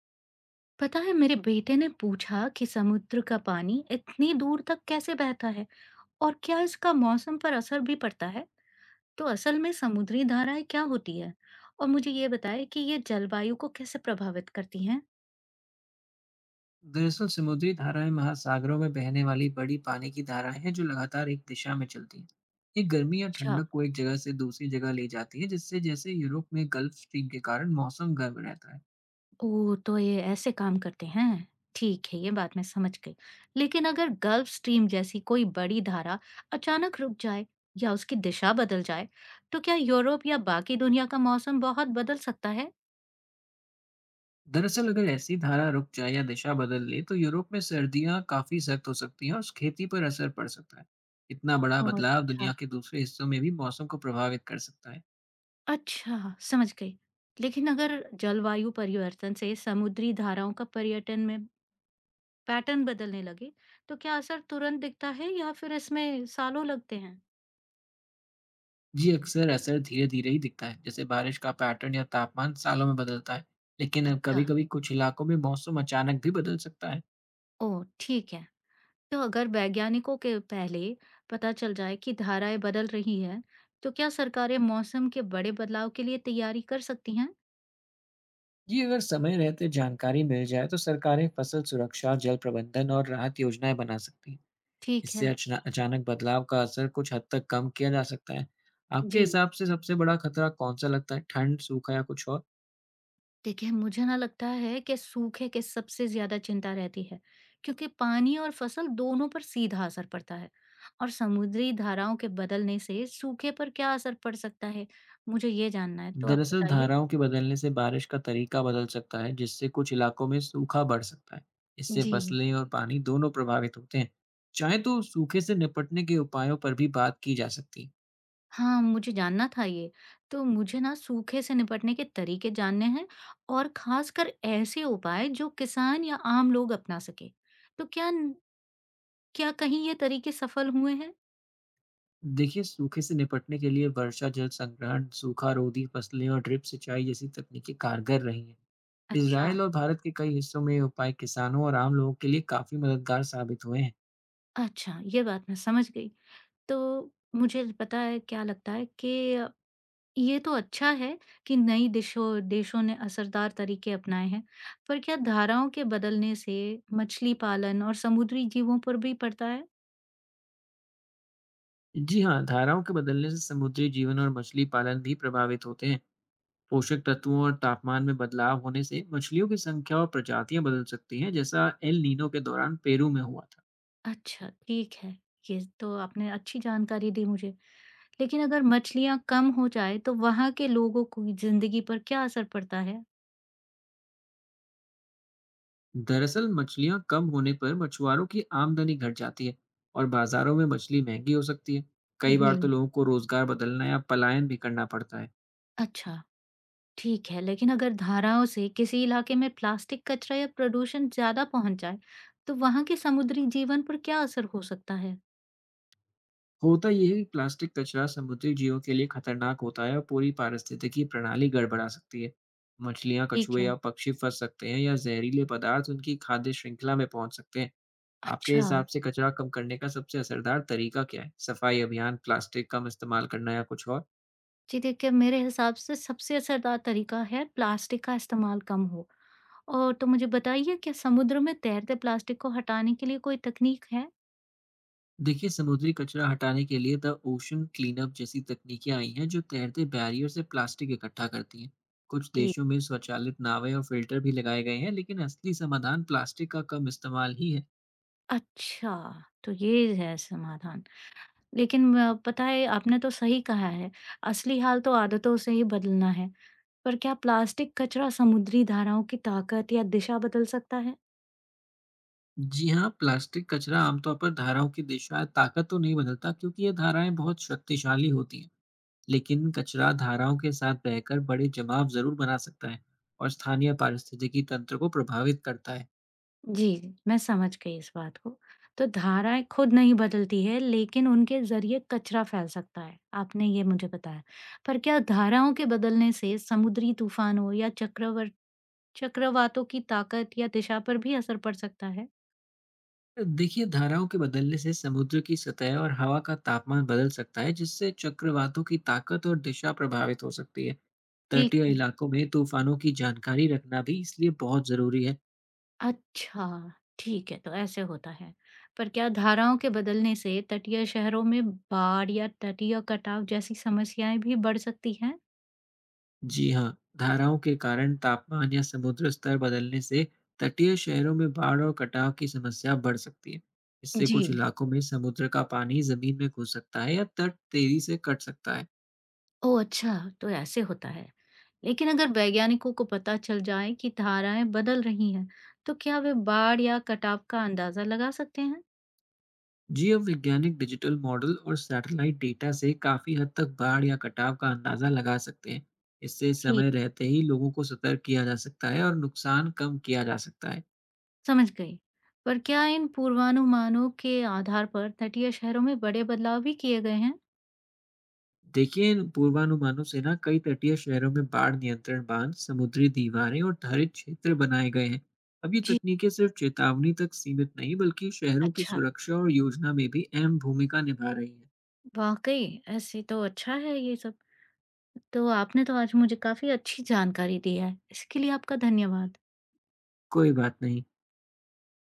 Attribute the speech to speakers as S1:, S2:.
S1: पता है, मेरे बेटे ने पूछा कि समुद्र का पानी इतनी दूर तक कैसे बहता है और क्या इसका मौसम पर असर भी पड़ता है। तो असल में समुद्री धाराएं क्या होती है और मुझे ये बताए कि ये जलवायु को कैसे प्रभावित करती हैं।
S2: दरअसल समुद्री धाराएं महासागरों में बहने वाली बड़ी पानी की धाराएं हैं जो लगातार एक दिशा में चलती हैं। ये गर्मी या
S1: अच्छा,
S2: ठंडक को एक जगह से दूसरी जगह ले जाती है, जिससे जैसे यूरोप में गल्फ स्ट्रीम के कारण मौसम गर्म रहता है।
S1: ओ तो ये ऐसे काम करते हैं। ठीक है, ये बात मैं समझ गई। लेकिन अगर गल्फ स्ट्रीम जैसी कोई बड़ी धारा अचानक रुक जाए या उसकी दिशा बदल जाए, तो क्या यूरोप या बाकी दुनिया का मौसम बहुत बदल सकता है?
S2: दरअसल अगर ऐसी धारा रुक जाए या दिशा बदल ले तो यूरोप में सर्दियां काफी सख्त हो सकती हैं और उस खेती पर असर पड़ सकता है। इतना बड़ा
S1: ओ,
S2: बदलाव
S1: अच्छा।
S2: दुनिया के दूसरे हिस्सों में भी मौसम को प्रभावित कर सकता है।
S1: अच्छा, समझ गई। लेकिन अगर जलवायु परिवर्तन से समुद्री धाराओं का पर्यटन में पैटर्न बदलने लगे, तो क्या असर तुरंत दिखता है या फिर इसमें सालों लगते हैं?
S2: जी, अक्सर असर धीरे-धीरे ही दिखता है, जैसे बारिश का पैटर्न या तापमान सालों में बदलता है। लेकिन
S1: अच्छा।
S2: कभी-कभी कुछ इलाकों में मौसम अचानक भी बदल सकता है।
S1: ओह, ठीक है। तो अगर वैज्ञानिकों के पहले पता चल जाए कि धाराएं बदल रही हैं, तो क्या सरकारें मौसम के बड़े बदलाव के लिए तैयारी कर सकती हैं?
S2: ये अगर समय रहते जानकारी मिल जाए तो सरकारें फसल सुरक्षा, जल प्रबंधन और राहत योजनाएं बना सकती हैं।
S1: ठीक
S2: इससे
S1: है,
S2: अचना अचानक बदलाव का असर कुछ हद तक कम किया जा सकता है। आपके
S1: जी।
S2: हिसाब से सबसे बड़ा खतरा कौन-सा लगता है? ठंड, सूखा या कुछ और?
S1: देखिए, मुझे ना लगता है कि सूखे की सबसे ज़्यादा चिंता रहती है, क्योंकि पानी और फसल दोनों पर सीधा असर पड़ता है। और समुद्री धाराओं के बदलने से सूखे पर क्या असर पड़ सकता है? मुझे ये जानना है, तो आप
S2: दरअसल
S1: बताइए।
S2: धाराओं के बदलने से बारिश का तरीका बदल सकता है, जिससे कुछ इलाकों में सूखा बढ़ सकता है। इससे
S1: जी।
S2: फसलें और पानी दोनों प्रभावित होते हैं। चाहे तो सूखे से निपटने के उपायों पर भी बात की जा सकती है।
S1: हाँ, मुझे जानना था ये। तो मुझे ना सूखे से निपटने के तरीके जानने हैं और ख़ासकर ऐसे उपाय जो किसान या आम लोग अपना सकें। तो क्या न क्या कहीं ये तरीके सफल हुए हैं?
S2: देखिए, सूखे से निपटने के लिए वर्षा जल संग्रहण, सूखा रोधी फसलें और ड्रिप सिंचाई जैसी तकनीकें कारगर रही हैं।
S1: अच्छा।
S2: इसराइल और भारत के कई हिस्सों में ये उपाय किसानों और आम लोगों के लिए काफी मददगार साबित हुए हैं।
S1: अच्छा, ये बात मैं समझ गई। तो मुझे पता है क्या लगता है कि ये तो अच्छा है कि नई दिशों देशों ने असरदार तरीके अपनाए हैं, पर क्या धाराओं के बदलने से मछली पालन और समुद्री जीवों पर भी पड़ता है?
S2: जी हाँ, धाराओं के बदलने से समुद्री जीवन और मछली पालन भी प्रभावित होते हैं। पोषक तत्वों और तापमान में बदलाव होने से मछलियों की संख्या और प्रजातियां बदल सकती हैं, जैसा एल नीनो के दौरान पेरू में हुआ था।
S1: अच्छा, ठीक है। ये तो आपने अच्छी जानकारी दी मुझे। लेकिन अगर मछलियाँ कम हो जाए तो वहाँ के लोगों की जिंदगी पर क्या असर पड़ता है?
S2: दरअसल मछलियां कम होने पर मछुआरों की आमदनी घट जाती है और बाजारों में मछली महंगी हो सकती है। कई बार तो
S1: जी।
S2: लोगों को रोजगार बदलना या पलायन भी करना पड़ता है।
S1: अच्छा। ठीक है, लेकिन अगर धाराओं से किसी इलाके में प्लास्टिक कचरा या प्रदूषण ज़्यादा पहुँच जाए, तो वहाँ के समुद्री जीवन पर क्या असर हो सकता है?
S2: होता यह है कि प्लास्टिक कचरा समुद्री जीवों के लिए खतरनाक होता है और पूरी पारिस्थितिकी प्रणाली गड़बड़ा सकती है। मछलियां,
S1: ठीक
S2: कछुए
S1: है।
S2: या पक्षी फंस सकते हैं या जहरीले पदार्थ उनकी खाद्य श्रृंखला में पहुंच सकते हैं। आपके
S1: अच्छा,
S2: हिसाब से कचरा कम करने का सबसे असरदार तरीका क्या है? सफाई अभियान, प्लास्टिक कम इस्तेमाल करना या कुछ और?
S1: जी, देखिए, मेरे हिसाब से सबसे असरदार तरीका है प्लास्टिक का इस्तेमाल कम हो। और तो मुझे बताइए, क्या समुद्र में तैरते प्लास्टिक को हटाने के लिए कोई तकनीक है?
S2: देखिए, समुद्री कचरा हटाने के लिए द ओशन क्लीनअप जैसी तकनीकें आई हैं, जो तैरते बैरियर से प्लास्टिक इकट्ठा करती हैं। कुछ
S1: जी।
S2: देशों में स्वचालित नावें और फिल्टर भी लगाए गए हैं, लेकिन असली समाधान प्लास्टिक का कम इस्तेमाल ही है।
S1: अच्छा, तो ये है समाधान। लेकिन पता है आपने तो सही कहा है, असली हाल तो आदतों से ही बदलना है। पर क्या प्लास्टिक कचरा समुद्री धाराओं की ताकत या दिशा बदल सकता है?
S2: जी हाँ, प्लास्टिक कचरा आमतौर पर धाराओं की दिशा, ताकत तो नहीं बदलता क्योंकि ये धाराएं बहुत शक्तिशाली होती हैं। लेकिन कचरा धाराओं के साथ बहकर बड़े जमाव ज़रूर बना सकता है और स्थानीय पारिस्थितिकी तंत्र को प्रभावित करता है।
S1: जी, मैं समझ गई इस बात को। तो धाराएँ खुद नहीं बदलती है लेकिन उनके ज़रिए कचरा फैल सकता है, आपने ये मुझे बताया। पर क्या धाराओं के बदलने से समुद्री तूफानों या चक्रवर चक्रवातों की ताकत या दिशा पर भी असर पड़ सकता है?
S2: देखिए, धाराओं के बदलने से समुद्र की सतह और हवा का तापमान बदल सकता है, जिससे चक्रवातों की ताकत और दिशा प्रभावित हो सकती है।
S1: ठीक
S2: तटीय
S1: है।
S2: इलाकों में तूफानों की जानकारी रखना भी इसलिए बहुत ज़रूरी है।
S1: अच्छा, ठीक है, तो ऐसे होता है। पर क्या धाराओं के बदलने से तटीय शहरों में बाढ़ या तटीय कटाव जैसी समस्याएँ भी बढ़ सकती हैं?
S2: जी हाँ, धाराओं के कारण तापमान या समुद्र स्तर बदलने से तटीय शहरों में बाढ़ और कटाव की समस्या बढ़ सकती है। इससे
S1: जी।
S2: कुछ इलाकों में समुद्र का पानी जमीन में घुस सकता है या तट तेजी से कट सकता है।
S1: ओह! अच्छा, तो ऐसे होता है। लेकिन अगर वैज्ञानिकों को पता चल जाए कि धाराएँ बदल रही हैं, तो क्या वे बाढ़ या कटाव का अंदाज़ा लगा सकते हैं?
S2: जीव वैज्ञानिक डिजिटल मॉडल और सैटेलाइट डेटा से काफी हद तक बाढ़ या कटाव का अंदाजा लगा सकते हैं। इससे
S1: जी।
S2: समय रहते ही लोगों को सतर्क किया जा सकता है और नुकसान कम किया जा सकता है।
S1: समझ गई। पर क्या इन पूर्वानुमानों के आधार पर तटीय शहरों में बड़े बदलाव भी किए गए हैं?
S2: देखिए, इन पूर्वानुमानों से ना कई तटीय शहरों में बाढ़ नियंत्रण बांध, समुद्री दीवारें और हरित क्षेत्र बनाए गए हैं। अब ये
S1: जी।
S2: तकनीकें सिर्फ चेतावनी तक सीमित नहीं बल्कि शहरों की
S1: अच्छा,
S2: सुरक्षा और योजना में भी अहम भूमिका निभा रही हैं।
S1: वाक़ई ऐसे तो अच्छा है ये सब। तो आपने तो आज मुझे काफ़ी अच्छी जानकारी दी है। इसके लिए आपका धन्यवाद।
S2: कोई बात नहीं।